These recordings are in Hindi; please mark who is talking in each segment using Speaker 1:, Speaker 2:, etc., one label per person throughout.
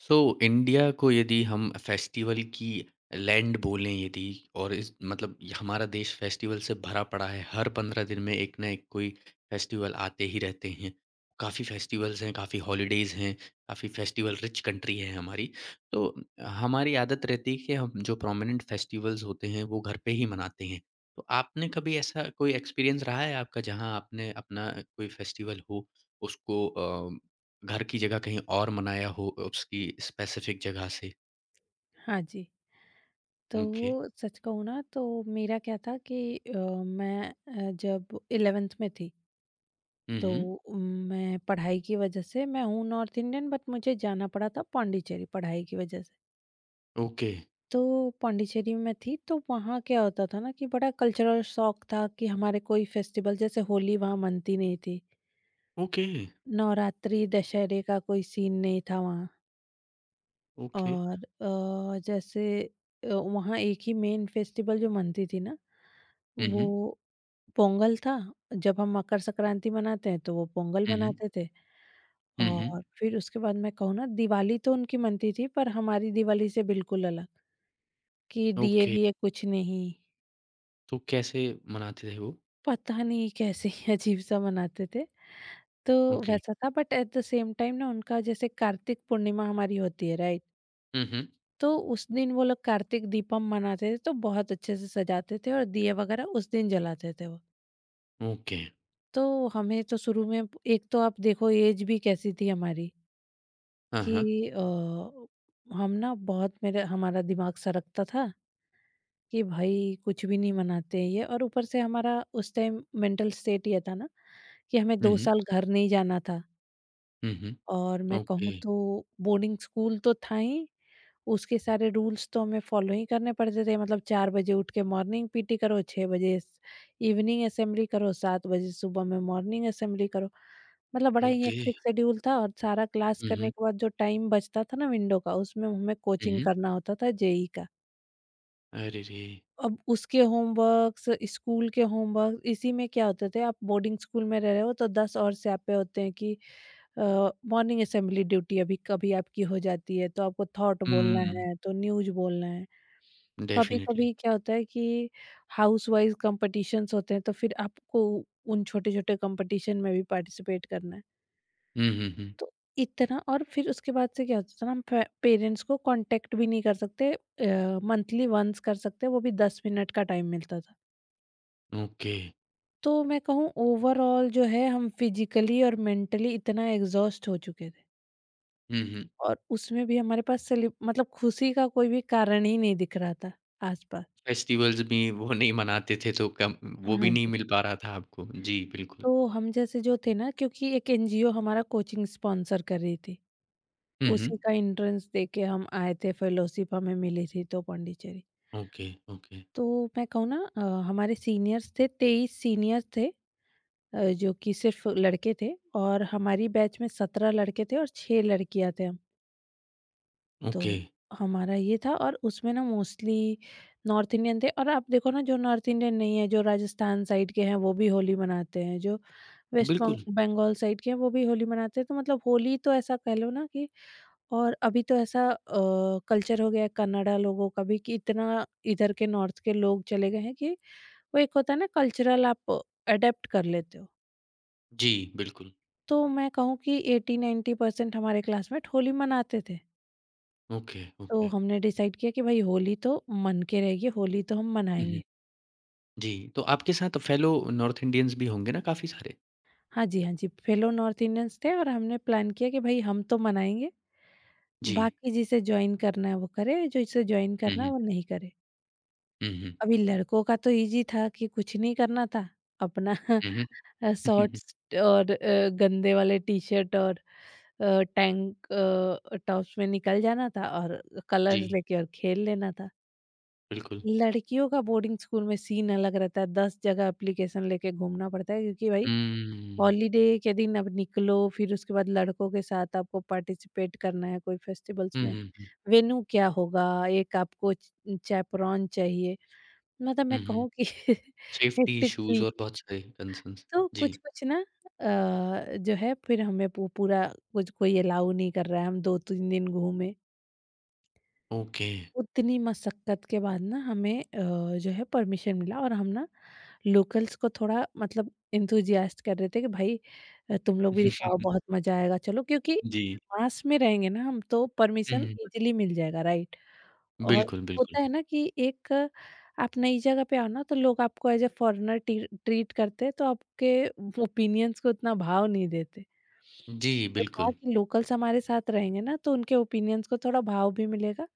Speaker 1: So, इंडिया को यदि हम फेस्टिवल की लैंड बोलें, यदि और इस मतलब ये हमारा देश फेस्टिवल से भरा पड़ा है, हर पंद्रह दिन में एक ना एक कोई फेस्टिवल आते ही रहते हैं। काफ़ी फेस्टिवल्स हैं, काफ़ी हॉलीडेज़ हैं, काफ़ी फेस्टिवल रिच कंट्री है हमारी। तो हमारी आदत रहती है कि हम जो प्रोमिनेंट फेस्टिवल्स होते हैं वो घर पे ही मनाते हैं। तो आपने कभी ऐसा कोई एक्सपीरियंस रहा है आपका जहाँ आपने अपना कोई फेस्टिवल हो, उसको घर की जगह कहीं और मनाया हो उसकी स्पेसिफ़िक जगह से।
Speaker 2: हाँ जी। तो
Speaker 1: ओके।
Speaker 2: सच कहूँ ना तो मेरा क्या था कि मैं जब 11th में थी
Speaker 1: हुँ,
Speaker 2: तो
Speaker 1: हुँ।
Speaker 2: मैं पढ़ाई की वज़ह से मैं हूँ नॉर्थ इंडियन बट मुझे जाना पड़ा था पॉन्डिचेरी पढ़ाई की वज़ह से।
Speaker 1: ओके,
Speaker 2: तो पॉन्डिचेरी में थी तो वहाँ क्या होता था ना कि बड़ा कल्चरल शॉक था कि हमारे कोई फेस्टिवल जैसे होली वहाँ मनती नहीं थी।
Speaker 1: ओके,
Speaker 2: नवरात्रि, दशहरे का कोई सीन नहीं था वहाँ।
Speaker 1: ओके।
Speaker 2: और जैसे वहाँ एक ही मेन फेस्टिवल जो मनती थी ना
Speaker 1: हुँ, हुँ।
Speaker 2: वो पोंगल था। जब हम मकर संक्रांति मनाते हैं तो वो पोंगल
Speaker 1: हुँ, हुँ।
Speaker 2: मनाते थे।
Speaker 1: हुँ, हुँ।
Speaker 2: और फिर उसके बाद मैं कहूँ ना, दिवाली तो उनकी मनती थी पर हमारी दिवाली से बिल्कुल अलग, कि
Speaker 1: ओके,
Speaker 2: दिए-विए कुछ नहीं।
Speaker 1: तो कैसे मनाते थे वो?
Speaker 2: पता नहीं कैसे अजीब-सा मनाते थे। तो
Speaker 1: ओके।
Speaker 2: वैसा था but at the same time ना उनका जैसे कार्तिक पूर्णिमा हमारी होती है, राइट?
Speaker 1: हुँ, हुँ।
Speaker 2: तो उस दिन वो लोग कार्तिक दीपम मनाते थे, तो बहुत अच्छे से सजाते थे और दिए वगैरह उस दिन जलाते थे वो।
Speaker 1: ओके।
Speaker 2: तो हमें तो शुरू में एक तो आप देखो ऐज भी कैसी थी हमारी।
Speaker 1: हाँ,
Speaker 2: कि
Speaker 1: हाँ।
Speaker 2: हम ना बहुत मेरे हमारा दिमाग सरकता था कि भाई कुछ भी नहीं मनाते हैं ये। और ऊपर से हमारा उस टाइम मेंटल स्टेट ये था ना कि हमें
Speaker 1: हुँ,
Speaker 2: दो
Speaker 1: हुँ।
Speaker 2: साल घर नहीं जाना था।
Speaker 1: हुँ, हुँ।
Speaker 2: और मैं
Speaker 1: ओके,
Speaker 2: कहूँ तो बोर्डिंग स्कूल तो था ही, उसके सारे रूल्स तो हमें फॉलो ही करने पड़ते थे। मतलब 4 बजे उठ के मॉर्निंग पीटी करो, 6 बजे स इवनिंग असेंबली करो, 7 बजे सुबह में मॉर्निंग असेंबली करो। मतलब बड़ा ही
Speaker 1: ओके।
Speaker 2: हेक्टिक शेड्यूल था, और सारा क्लास
Speaker 1: हुँ,
Speaker 2: करने
Speaker 1: हुँ।
Speaker 2: के बाद जो टाइम बचता था ना विंडो का, उसमें हमें
Speaker 1: हुँ,
Speaker 2: कोचिंग
Speaker 1: हुँ।
Speaker 2: करना होता था जेईई का।
Speaker 1: अरे रे!
Speaker 2: अब उसके होमवर्क्स, स्कूल के होमवर्क इसी में क्या होते थे, आप बोर्डिंग स्कूल में रह रहे हो तो 10 और स्यापे होते हैं कि मॉर्निंग असेंबली ड्यूटी अभी कभी आपकी हो जाती है तो आपको थॉट बोलना
Speaker 1: हुँ,
Speaker 2: है, तो न्यूज़ बोलना है।
Speaker 1: डेफ़िनिटली।
Speaker 2: कभी-कभी क्या होता है कि हाउस वाइज़ कॉम्पिटिशन्स होते हैं, तो फिर आपको उन छोटे-छोटे कॉम्पिटिशन में भी पार्टिसिपेट करना है।
Speaker 1: हुँ, हुँ, हुँ।
Speaker 2: तो इतना, और फिर उसके बाद से क्या होता था ना, हम फे पेरेंट्स को कॉन्टैक्ट भी नहीं कर सकते। मंथली वन्स कर सकते, वो भी 10 मिनट का टाइम मिलता था।
Speaker 1: ओके।
Speaker 2: तो मैं कहूँ ओवरऑल जो है हम फिज़िकली और मेंटली इतना एग्ज़ॉस्ट हो चुके थे।
Speaker 1: हुँ, हुँ।
Speaker 2: और उसमें भी हमारे पास सेलि मतलब खुशी का कोई भी कारण ही नहीं दिख रहा था आस-पास।
Speaker 1: फेस्टिवल्स भी वो नहीं मनाते थे तो कम, वो भी
Speaker 2: हाँ
Speaker 1: नहीं
Speaker 2: जी।
Speaker 1: मिल पा रहा था आपको। जी, बिल्कुल।
Speaker 2: तो हम जैसे जो थे ना, क्योंकि एक एनजीओ हमारा कोचिंग स्पॉन्सर कर रही थी।
Speaker 1: हुँ, हुँ।
Speaker 2: उसी का एंट्रेंस दे के हम आए थे, फेलोशिप हमें मिली थी तो पॉन्डिचेरी।
Speaker 1: ओके, ओके,
Speaker 2: तो मैं कहूँ ना हमारे सीनियर्स थे, 23 सीनियर थे जो कि सिर्फ़ लड़के थे। और हमारी बैच में 17 लड़के थे और 6 लड़कियाँ थे हम। तो
Speaker 1: ओके।
Speaker 2: हमारा ये था, और उसमें ना मोस्टली नॉर्थ इंडियन थे। और आप देखो ना जो नॉर्थ इंडियन नहीं है, जो राजस्थान साइड के हैं वो भी होली मनाते हैं, जो वेस्ट
Speaker 1: बिल्कुल।
Speaker 2: बंगाल साइड के हैं वो भी होली मनाते हैं। तो मतलब होली तो ऐसा कह लो ना कि और अभी तो ऐसा कल्चर हो गया है कन्नड़ा लोगों का भी कि इतना इधर के नॉर्थ के लोग चले गए हैं, कि वो एक होता है ना कल्चरल आप अडैप्ट कर लेते हो।
Speaker 1: जी, बिल्कुल।
Speaker 2: तो मैं कहूँ कि 80-90% हमारे क्लासमेट होली मनाते थे।
Speaker 1: ओके,
Speaker 2: तो
Speaker 1: ओके।
Speaker 2: हमने डिसाइड किया कि भाई होली तो मन के रहेगी, होली तो हम
Speaker 1: हुँ, हुँ।
Speaker 2: मनाएँगे।
Speaker 1: जी, तो आपके साथ फेलो नॉर्थ इंडियंस भी होंगे ना काफ़ी सारे?
Speaker 2: हाँ जी, हाँ जी, फेलो नॉर्थ इंडियंस थे और हमने प्लान किया कि भाई हम तो मनाएँगे,
Speaker 1: जी।
Speaker 2: बाकी जिसे जॉइन करना है वो करे, जिसे जॉइन
Speaker 1: हुँ,
Speaker 2: करना है
Speaker 1: हुँ।
Speaker 2: वो नहीं करे।
Speaker 1: हुँ, हुँ।
Speaker 2: अभी लड़कों का तो ईज़ी था कि कुछ नहीं करना था, अपना
Speaker 1: हुँ, हुँ।
Speaker 2: शॉर्ट्स और गंदे वाले टी-शर्ट और टैंक टॉप्स में निकल जाना था और
Speaker 1: जी,
Speaker 2: कलर्स लेके और खेल लेना था।
Speaker 1: बिल्कुल।
Speaker 2: लड़कियों का बोर्डिंग स्कूल में सीन अलग रहता है, 10 जगह एप्लीकेशन लेके घूमना पड़ता है क्योंकि भाई
Speaker 1: हुँ।
Speaker 2: हॉलीडे के दिन अब निकलो, फिर उसके बाद लड़कों के साथ आपको पार्टिसिपेट करना है कोई फेस्टिवल्स
Speaker 1: हुँ,
Speaker 2: में।
Speaker 1: हुँ, हुँ।
Speaker 2: वेन्यू क्या होगा? एक आपको च चैपरॉन चाहिए। मतलब
Speaker 1: हुँ,
Speaker 2: मैं
Speaker 1: हुँ।
Speaker 2: कहूँ कि
Speaker 1: सेफ्टी
Speaker 2: हेक्टिक
Speaker 1: इश्यूज़
Speaker 2: सी।
Speaker 1: और बहुत सारे कंसर्न्स।
Speaker 2: तो
Speaker 1: जी,
Speaker 2: कुछ-कुछ ना जो है, फिर हमें पू पूरा कुछ कोई अलाउ नहीं कर रहा है, हम 2-3 दिन घूमे।
Speaker 1: ओके।
Speaker 2: उतनी मशक्कत के बाद ना हमें जो है परमिशन मिला, और हम ना लोकल्स को थोड़ा मतलब एंथुसियास्ट कर रहे थे कि भाई तुम लोग भी दिखाओ, बहुत मजा आएगा, चलो, क्योंकि
Speaker 1: जी।
Speaker 2: मास में रहेंगे ना हम तो
Speaker 1: हुँ,
Speaker 2: परमिशन
Speaker 1: हुँ।
Speaker 2: इजीली मिल जाएगा, राइट? और
Speaker 1: बिल्कुल, बिल्कुल।
Speaker 2: होता है ना कि एक आप नई जगह पे आओ ना तो लोग आपको एज ए फॉरेनर टी ट्रीट करते हैं, तो आपके ओपिनियंस को उतना भाव नहीं देते।
Speaker 1: जी,
Speaker 2: तो था
Speaker 1: बिल्कुल,
Speaker 2: कि लोकल्स हमारे साथ रहेंगे ना तो उनके ओपिनियंस को थोड़ा भाव भी मिलेगा,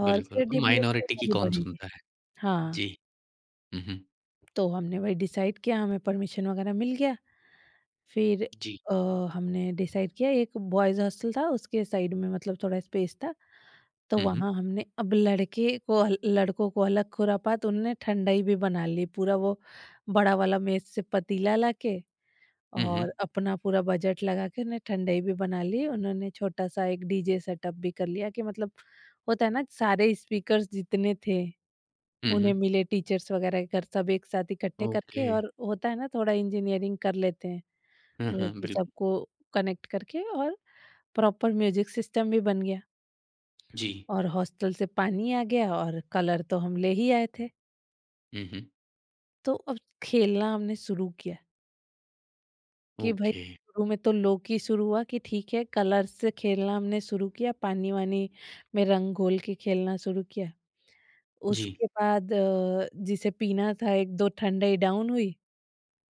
Speaker 2: और
Speaker 1: बिल्कुल। और
Speaker 2: क्रेडिबिलिटी
Speaker 1: माइनॉरिटी की
Speaker 2: हमारी
Speaker 1: कौन
Speaker 2: बढ़ेगी।
Speaker 1: सुनता है?
Speaker 2: हाँ।
Speaker 1: जी। हुँ, हुँ।
Speaker 2: तो हमने वही डिसाइड किया, हमें परमिशन वगैरह मिल गया। फिर
Speaker 1: जी।
Speaker 2: अ, हमने डिसाइड किया, एक बॉयज़ हॉस्टल था, उसके साइड में मतलब थोड़ा स्पेस था, तो
Speaker 1: हुँ, हुँ।
Speaker 2: वहाँ हमने अब लड़के को अल लड़कों को अलग खुरापात, उनने ठंडाई भी बना ली, पूरा वो बड़ा वाला मेज़ से पतीला लाके
Speaker 1: हुँ, हुँ।
Speaker 2: और अपना पूरा बजट लगा के उन्हें ठंडाई भी बना ली। उन्होंने छोटा-सा एक डीजे सेटअप भी कर लिया कि, मतलब होता है ना सारे स्पीकर्स जितने थे
Speaker 1: हुँ,
Speaker 2: उन्हें
Speaker 1: हुँ।
Speaker 2: मिले टीचर्स वगैरह के घर, सब एक साथ इकट्ठे
Speaker 1: ओके।
Speaker 2: करके, और होता है ना थोड़ा इंजीनियरिंग कर लेते हैं
Speaker 1: हुँ, हुँ,
Speaker 2: वो, कि
Speaker 1: बिल्कुल।
Speaker 2: सबको कनेक्ट करके, और प्रॉपर म्यूजिक सिस्टम भी बन गया।
Speaker 1: जी।
Speaker 2: और हॉस्टल से पानी आ गया और कलर तो हम ले ही आए थे।
Speaker 1: हुँ, हुँ।
Speaker 2: तो अब खेलना हमने शुरू किया कि भाई,
Speaker 1: ओके।
Speaker 2: शुरू में तो लो की शुरू हुआ कि ठीक है कलर से खेलना हमने शुरू किया, पानी वानी में रंग घोल के खेलना शुरू किया।
Speaker 1: जी,
Speaker 2: उसके बाद जिसे पीना था, एक दो ठंडाई डाउन हुई,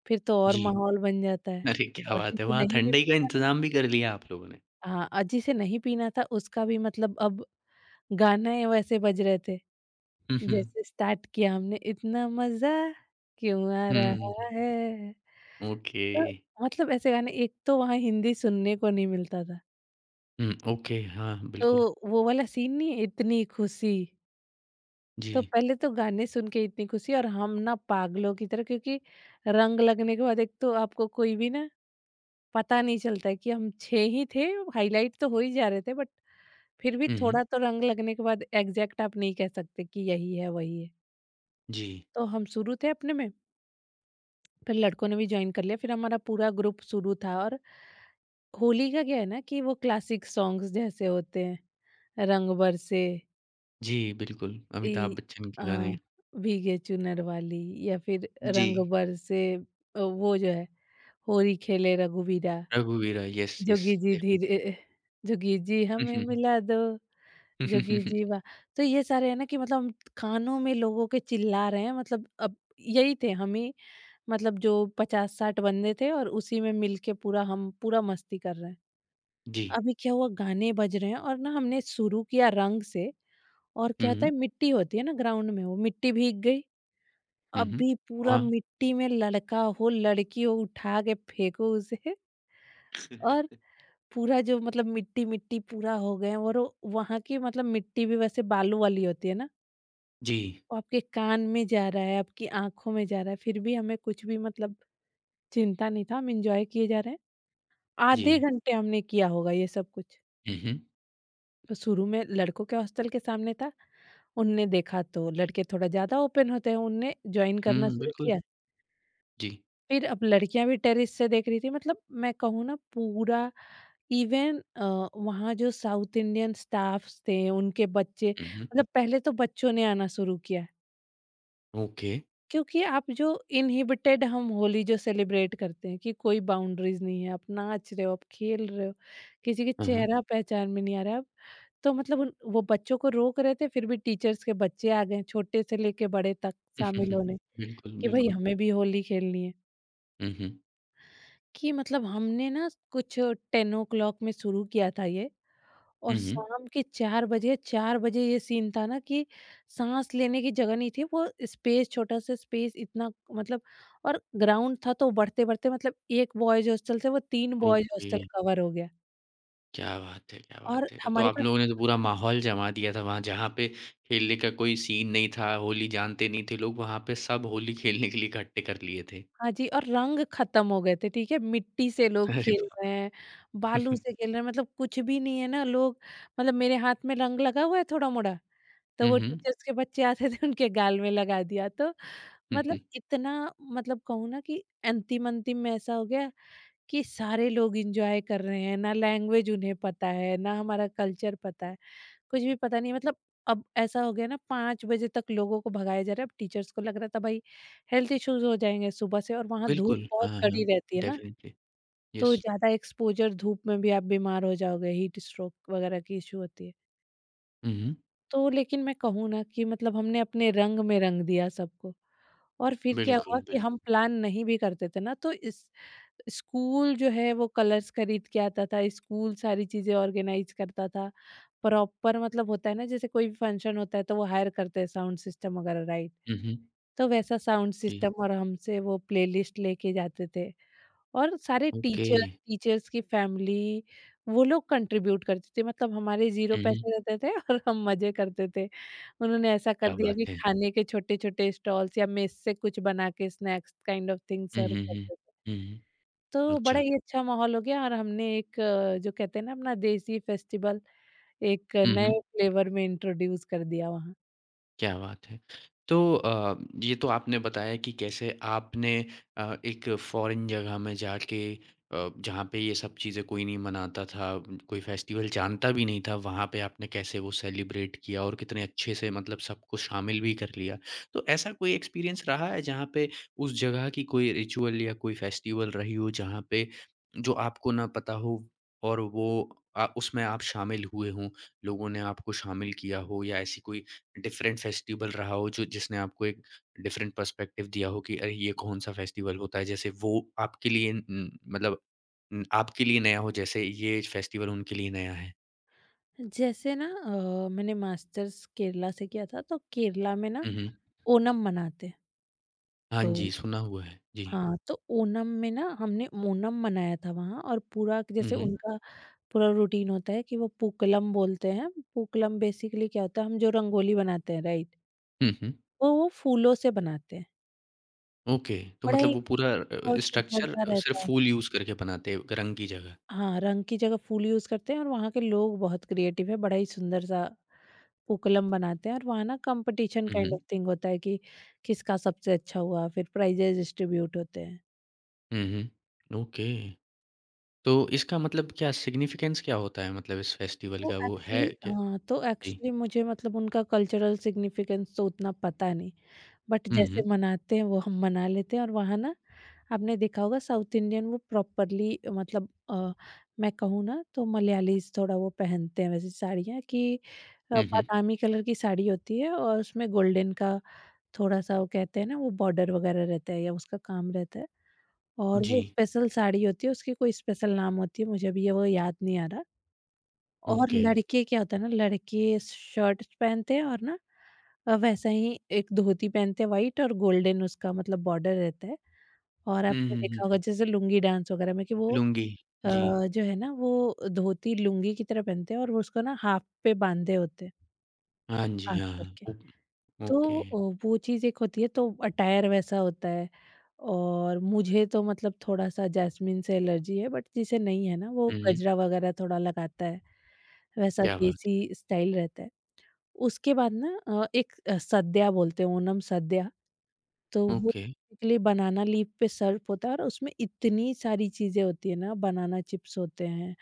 Speaker 2: फिर तो और
Speaker 1: जी।
Speaker 2: माहौल बन जाता है।
Speaker 1: अरे क्या
Speaker 2: और
Speaker 1: बात है!
Speaker 2: जिसे
Speaker 1: वहाँ
Speaker 2: नहीं भी
Speaker 1: ठंडाई का
Speaker 2: पीना,
Speaker 1: इंतज़ाम भी कर लिया आप लोगों ने।
Speaker 2: हाँ, और जिसे नहीं पीना था उसका भी मतलब अब गाने वैसे बज रहे थे।
Speaker 1: हुँ, हुँ।
Speaker 2: जैसे स्टार्ट किया हमने, इतना मज़ा क्यों आ रहा
Speaker 1: हुँ,
Speaker 2: है।
Speaker 1: ओके।
Speaker 2: तो मतलब ऐसे गाने, एक तो वहाँ हिंदी सुनने को नहीं मिलता था।
Speaker 1: हुँ, ओके, हाँ,
Speaker 2: तो
Speaker 1: बिल्कुल।
Speaker 2: वो वाला सीन नहीं, इतनी खुशी।
Speaker 1: जी।
Speaker 2: तो पहले तो गाने सुन के इतनी खुशी, और हम ना पागलों की तरह, क्योंकि रंग लगने के बाद एक तो आपको कोई भी ना पता नहीं चलता है कि हम 6 ही थे, हाइलाइट तो हो ही जा रहे थे, बट फिर भी
Speaker 1: हुँ, हुँ।
Speaker 2: थोड़ा तो रंग लगने के बाद एग्ज़ैक्ट आप नहीं कह सकते कि यही है, वही है।
Speaker 1: जी।
Speaker 2: तो हम शुरू थे अपने में, फिर लड़कों ने भी जॉइन कर लिया, फिर हमारा पूरा ग्रुप शुरू था। और होली का क्या है ना कि वो क्लासिक सॉन्ग्स जैसे होते हैं, रंग बरसे,
Speaker 1: जी, बिल्कुल,
Speaker 2: ई
Speaker 1: अमिताभ बच्चन
Speaker 2: अ,
Speaker 1: के गाने।
Speaker 2: भीगे चुनर वाली, या फिर
Speaker 1: जी,
Speaker 2: रंग बरसे, वो जो है होली खेले रघुवीरा,
Speaker 1: रघुवीरा, यस, यस,
Speaker 2: जोगी जी
Speaker 1: डेफिनिटली।
Speaker 2: धीरे, जोगी जी
Speaker 1: हुँ,
Speaker 2: हमें
Speaker 1: हुँ।
Speaker 2: मिला दो। जोगी जी, वाह! तो ये सारे है ना कि मतलब हम कानों में लोगों के चिल्ला रहे हैं, मतलब अब यही थे हम ही, मतलब जो 50-60 बंदे थे और उसी में मिलके पूरा हम पूरा मस्ती कर रहे हैं।
Speaker 1: जी।
Speaker 2: अभी क्या हुआ, गाने बज रहे हैं और ना हमने शुरू किया रंग से, और
Speaker 1: हुँ,
Speaker 2: क्या होता
Speaker 1: हुँ।
Speaker 2: है मिट्टी होती है ना ग्राउंड में, वो मिट्टी भीग गई।
Speaker 1: हुँ, हुँ।
Speaker 2: अभी पूरा
Speaker 1: हाँ,
Speaker 2: मिट्टी में लड़का हो, लड़की हो, उठा के फेंको उसे, और पूरा जो मतलब मिट्टी-मिट्टी पूरा हो गए, और वहाँ की मतलब मिट्टी भी वैसे बालू वाली होती है ना,
Speaker 1: जी,
Speaker 2: वो आपके कान में जा रहा है, आपकी आँखों में जा रहा है, फिर भी हमें कुछ भी मतलब चिंता नहीं था, हम एन्जॉय किए जा रहे हैं।
Speaker 1: जी।
Speaker 2: आधे घंटे हमने किया होगा ये सब कुछ।
Speaker 1: हुँ, हुँ।
Speaker 2: तो शुरू में लड़कों के हॉस्टल के सामने था, उनने देखा तो लड़के थोड़ा ज़्यादा ओपन होते हैं, उनने जॉइन करना
Speaker 1: हुँ,
Speaker 2: शुरू
Speaker 1: बिल्कुल।
Speaker 2: किया।
Speaker 1: जी।
Speaker 2: फिर अब लड़कियाँ भी टेरेस से देख रही थी, मतलब मैं कहूँ ना पूरा इवन वहाँ जो साउथ इंडियन स्टाफ्स थे, उनके बच्चे,
Speaker 1: हुँ, हुँ।
Speaker 2: मतलब पहले तो बच्चों ने आना शुरू किया।
Speaker 1: ओके।
Speaker 2: क्योंकि आप जो इनहिबिटेड हम होली जो सेलिब्रेट करते हैं कि कोई बाउंड्रीज नहीं है, आप नाच रहे हो, आप खेल रहे हो, किसी के
Speaker 1: हाँ,
Speaker 2: चेहरा पहचान में नहीं आ रहा है, आप, तो मतलब वो बच्चों को रोक रहे थे, फिर भी टीचर्स के बच्चे आ गए छोटे से लेके बड़े तक शामिल
Speaker 1: हाँ।
Speaker 2: होने,
Speaker 1: बिल्कुल,
Speaker 2: कि भाई
Speaker 1: बिल्कुल।
Speaker 2: हमें भी होली खेलनी है।
Speaker 1: हुँ, हुँ।
Speaker 2: कि मतलब हमने ना कुछ 10 o'clock में शुरू किया था ये,
Speaker 1: हुँ,
Speaker 2: और
Speaker 1: हुँ। हुँ।
Speaker 2: शाम के 4 बजे 4 बजे ये सीन था ना कि साँस लेने की जगह नहीं थी, वो स्पेस, छोटा सा स्पेस इतना, मतलब, और ग्राउंड था तो बढ़ते-बढ़ते मतलब एक बॉयज़ हॉस्टल से वो 3 बॉयज़
Speaker 1: ओके,
Speaker 2: हॉस्टल कवर हो गया।
Speaker 1: क्या बात है, क्या
Speaker 2: और
Speaker 1: बात है! तो
Speaker 2: हमारे
Speaker 1: आप
Speaker 2: पास,
Speaker 1: लोगों ने तो पूरा माहौल जमा दिया था वहाँ, जहाँ पे खेलने का कोई सीन नहीं था, होली जानते नहीं थे लोग, वहाँ पे सब होली खेलने के लिए इकट्ठे कर लिए थे।
Speaker 2: हाँ जी, और रंग ख़त्म हो गए थे, ठीक है? मिट्टी से लोग
Speaker 1: अरे
Speaker 2: खेल
Speaker 1: वाह!
Speaker 2: रहे हैं, बालू से खेल रहे हैं, मतलब कुछ भी नहीं है ना लोग। मतलब मेरे हाथ में रंग लगा हुआ है थोड़ा-मोड़ा, तो
Speaker 1: हुँ,
Speaker 2: वो
Speaker 1: हुँ।
Speaker 2: टीचर्स के बच्चे आते थे उनके गाल में लगा दिया, तो
Speaker 1: हुँ,
Speaker 2: मतलब
Speaker 1: हुँ।
Speaker 2: इतना मतलब कहूँ ना कि अंतिम-अंतिम में ऐसा हो गया कि सारे लोग एन्जॉय कर रहे हैं, ना लैंग्वेज उन्हें पता है, ना हमारा कल्चर पता है, कुछ भी पता नहीं है। मतलब अब ऐसा हो गया ना 5 बजे तक लोगों को भगाया जा रहा है, अब टीचर्स को लग रहा था भाई हेल्थ इश्यूज़ हो जाएँगे सुबह से और वहाँ धूप
Speaker 1: बिल्कुल, हाँ,
Speaker 2: बहुत
Speaker 1: हाँ,
Speaker 2: कड़ी
Speaker 1: हाँ।
Speaker 2: रहती है ना,
Speaker 1: डेफ़िनिटली,
Speaker 2: तो
Speaker 1: येस।
Speaker 2: ज़्यादा एक्सपोज़र धूप में भी आप बीमार हो जाओगे, हीट स्ट्रोक वगैरह की इश्यू होती है।
Speaker 1: हुँ, हुँ।
Speaker 2: तो लेकिन मैं कहूँ ना कि मतलब हमने अपने रंग में रंग दिया सबको। और फिर क्या हुआ
Speaker 1: बिल्कुल,
Speaker 2: कि
Speaker 1: बिल्कुल।
Speaker 2: हम प्लान नहीं भी करते थे ना तो इस स्कूल जो है वो कलर्स खरीद के आता था। स्कूल सारी चीज़ें ऑर्गेनाइज करता था प्रॉपर। मतलब होता है ना जैसे कोई भी फंक्शन होता है तो वो हायर करते हैं साउंड सिस्टम वगैरह, राइट?
Speaker 1: हुँ, हुँ।
Speaker 2: तो वैसा साउंड
Speaker 1: जी,
Speaker 2: सिस्टम और हमसे वो प्लेलिस्ट लेके जाते थे और सारे
Speaker 1: ओके।
Speaker 2: टीचर्स टीचर्स की फैमिली वो लोग कंट्रीब्यूट करते थे। मतलब हमारे 0
Speaker 1: हुँ, हुँ।
Speaker 2: पैसे रहते थे और हम मज़े करते थे। उन्होंने ऐसा
Speaker 1: क्या
Speaker 2: कर दिया
Speaker 1: बात
Speaker 2: कि
Speaker 1: है!
Speaker 2: खाने के छोटे-छोटे स्टॉल्स या मेस से कुछ बना के स्नैक्स काइंड ऑफ थिंग
Speaker 1: हुँ,
Speaker 2: सर्व
Speaker 1: हुँ, हुँ।
Speaker 2: करते थे।
Speaker 1: हुँ, हुँ।
Speaker 2: तो बड़ा
Speaker 1: अच्छा।
Speaker 2: ही अच्छा माहौल हो गया और हमने एक जो कहते हैं ना अपना देसी फेस्टिवल एक
Speaker 1: हुँ,
Speaker 2: नए
Speaker 1: हुँ।
Speaker 2: फ्लेवर में इंट्रोड्यूस कर दिया वहाँ।
Speaker 1: क्या बात है! तो ये तो आपने बताया कि कैसे आपने एक फ़ॉरेन जगह में जाके, जहाँ पे ये सब चीज़ें कोई नहीं मनाता था, कोई फेस्टिवल जानता भी नहीं था, वहाँ पे आपने कैसे वो सेलिब्रेट किया और कितने अच्छे से मतलब सबको शामिल भी कर लिया। तो ऐसा कोई एक्सपीरियंस रहा है जहाँ पे उस जगह की कोई रिचुअल या कोई फेस्टिवल रही हो, जहाँ पे जो आपको ना पता हो, और वो उसमें आप शामिल हुए हों, लोगों ने आपको शामिल किया हो, या ऐसी कोई डिफरेंट फेस्टिवल रहा हो जो जिसने आपको एक डिफरेंट पर्सपेक्टिव दिया हो कि अरे ये कौन सा फेस्टिवल होता है, जैसे वो आपके लिए न- मतलब आपके लिए नया हो, जैसे ये फेस्टिवल उनके लिए नया है।
Speaker 2: जैसे ना मैंने मास्टर्स केरला से किया था तो केरला में ना
Speaker 1: हुँ,
Speaker 2: ओणम मनाते हैं।
Speaker 1: हाँ
Speaker 2: तो
Speaker 1: जी सुना हुआ है जी।
Speaker 2: हाँ, तो ओणम में ना हमने ओणम मनाया था वहाँ और पूरा जैसे
Speaker 1: हम्म।
Speaker 2: उनका पूरा रूटीन होता है कि वो पूक्कलम बोलते हैं। पूक्कलम बेसिकली क्या होता है, हम जो रंगोली बनाते हैं राइट?
Speaker 1: हम्म,
Speaker 2: वो फूलों से बनाते हैं।
Speaker 1: ओके। तो
Speaker 2: बड़ा
Speaker 1: मतलब
Speaker 2: ही
Speaker 1: वो पूरा
Speaker 2: creative और
Speaker 1: स्ट्रक्चर
Speaker 2: सुंदर-सा
Speaker 1: सिर्फ
Speaker 2: रहता है।
Speaker 1: फूल यूज करके बनाते हैं रंग की जगह?
Speaker 2: हाँ, रंग की जगह फूल यूज़ करते हैं और वहाँ के लोग बहुत क्रिएटिव है, बड़ा ही सुंदर-सा पूक्कलम बनाते हैं और वहाँ ना competition kind
Speaker 1: hmm.
Speaker 2: Of thing होता है कि किसका सबसे अच्छा हुआ, फिर प्राइज़ेज़ डिस्ट्रीब्यूट होते हैं।
Speaker 1: Hmm, okay. तो इसका मतलब क्या, सिग्निफिकेंस क्या होता है मतलब इस फेस्टिवल
Speaker 2: तो
Speaker 1: का वो है
Speaker 2: एक्चुअली
Speaker 1: क्या?
Speaker 2: हाँ, तो
Speaker 1: जी।
Speaker 2: एक्चुअली मुझे मतलब उनका कल्चरल सिग्निफिकेंस तो उतना पता नहीं। बट जैसे
Speaker 1: हम्म।
Speaker 2: मनाते हैं वो हम मना लेते हैं और वहाँ ना आपने देखा होगा साउथ इंडियन वो प्रॉपरली मतलब मैं कहूँ ना तो मलयालीज़ थोड़ा वो पहनते हैं वैसे साड़ियाँ कि
Speaker 1: हम्म।
Speaker 2: बादामी कलर की साड़ी होती है और उसमें गोल्डन का थोड़ा-सा वो कहते हैं ना वो बॉर्डर वगैरह रहता है या उसका काम रहता है। और
Speaker 1: जी।
Speaker 2: वो स्पेशल साड़ी होती है, उसकी कोई स्पेशल नाम होती है मुझे अभी ये वो याद नहीं आ रहा। और
Speaker 1: ओके।
Speaker 2: लड़के क्या होता है ना लड़के शर्ट पहनते हैं और ना वैसा ही एक धोती पहनते हैं, वाइट और गोल्डन उसका मतलब बॉर्डर रहता है। और
Speaker 1: हुँ,
Speaker 2: आपने
Speaker 1: हुँ, हुँ,
Speaker 2: देखा होगा
Speaker 1: हुँ।
Speaker 2: जैसे लुंगी डांस वगैरह में कि वो
Speaker 1: लुंगी,
Speaker 2: अ,
Speaker 1: जी।
Speaker 2: जो है ना वो धोती लुंगी की तरह पहनते हैं और वो उसको ना हाफ पे बांधे होते हैं,
Speaker 1: हाँ जी,
Speaker 2: हाफ
Speaker 1: हाँ।
Speaker 2: करके।
Speaker 1: Oh, okay.
Speaker 2: तो वो चीज़ एक होती है, तो अटायर वैसा होता है। और मुझे तो मतलब थोड़ा-सा जैस्मिन से एलर्जी है, बट जिसे नहीं है ना वो
Speaker 1: हुँ, हुँ।
Speaker 2: गजरा वगैरह थोड़ा लगाता है, वैसा
Speaker 1: क्या बात
Speaker 2: देसी स्टाइल रहता है। उसके बाद ना एक सद्या बोलते हैं, ओनम सद्या। तो
Speaker 1: है!
Speaker 2: वो
Speaker 1: ओके,
Speaker 2: बेसिकली बनाना लीफ पे सर्व होता है और उसमें इतनी सारी चीज़ें होती है ना, बनाना चिप्स होते हैं,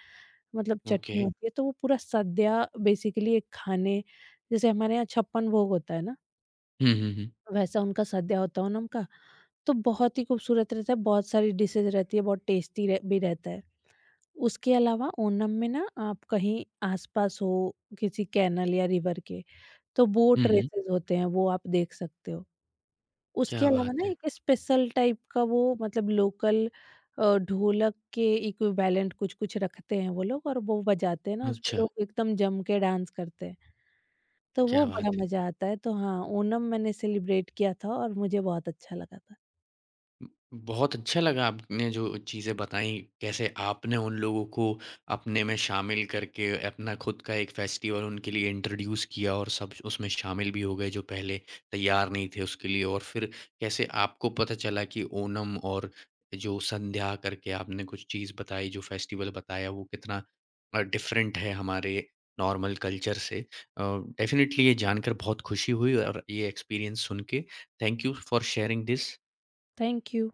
Speaker 2: मतलब
Speaker 1: ओके।
Speaker 2: चटनी होती है, तो वो पूरा सद्या बेसिकली एक खाने जैसे हमारे यहाँ छप्पन भोग होता है ना,
Speaker 1: हुँ, हुँ, हुँ।
Speaker 2: वैसा उनका सद्या होता है ओनम का। तो बहुत ही खूबसूरत रहता है, बहुत सारी डिशेज़ रहती है, बहुत टेस्टी रह भी रहता है। उसके अलावा ओनम में ना आप कहीं आस-पास हो किसी कैनल या रिवर के, तो
Speaker 1: हुँ,
Speaker 2: बोट
Speaker 1: हुँ।
Speaker 2: रेसेज़ होते हैं, वो आप देख सकते हो। उसके
Speaker 1: क्या
Speaker 2: अलावा
Speaker 1: बात
Speaker 2: ना
Speaker 1: है!
Speaker 2: एक स्पेशल टाइप का वो मतलब लोकल ढोलक के इक्विवेलेंट कुछ-कुछ रखते हैं वो लोग और वो बजाते हैं ना, उसपे
Speaker 1: अच्छा,
Speaker 2: लोग एकदम जम के डांस करते हैं, तो वो
Speaker 1: क्या बात
Speaker 2: बड़ा मज़ा आता है। तो हाँ, ओनम मैंने सेलिब्रेट किया था और मुझे बहुत अच्छा लगा था।
Speaker 1: बहुत अच्छा लगा आपने जो चीज़ें बताई, कैसे आपने उन लोगों को अपने में शामिल करके अपना खुद का एक फेस्टिवल उनके लिए इंट्रोड्यूस किया और सब उसमें शामिल भी हो गए जो पहले तैयार नहीं थे उसके लिए। और फिर कैसे आपको पता चला कि ओणम और जो संध्या करके आपने कुछ चीज़ बताई, जो फेस्टिवल बताया वो कितना डिफरेंट है हमारे नॉर्मल कल्चर से। डेफ़िनेटली ये जानकर बहुत खुशी हुई और ये एक्सपीरियंस सुन के। Thank you for sharing this.
Speaker 2: Thank you.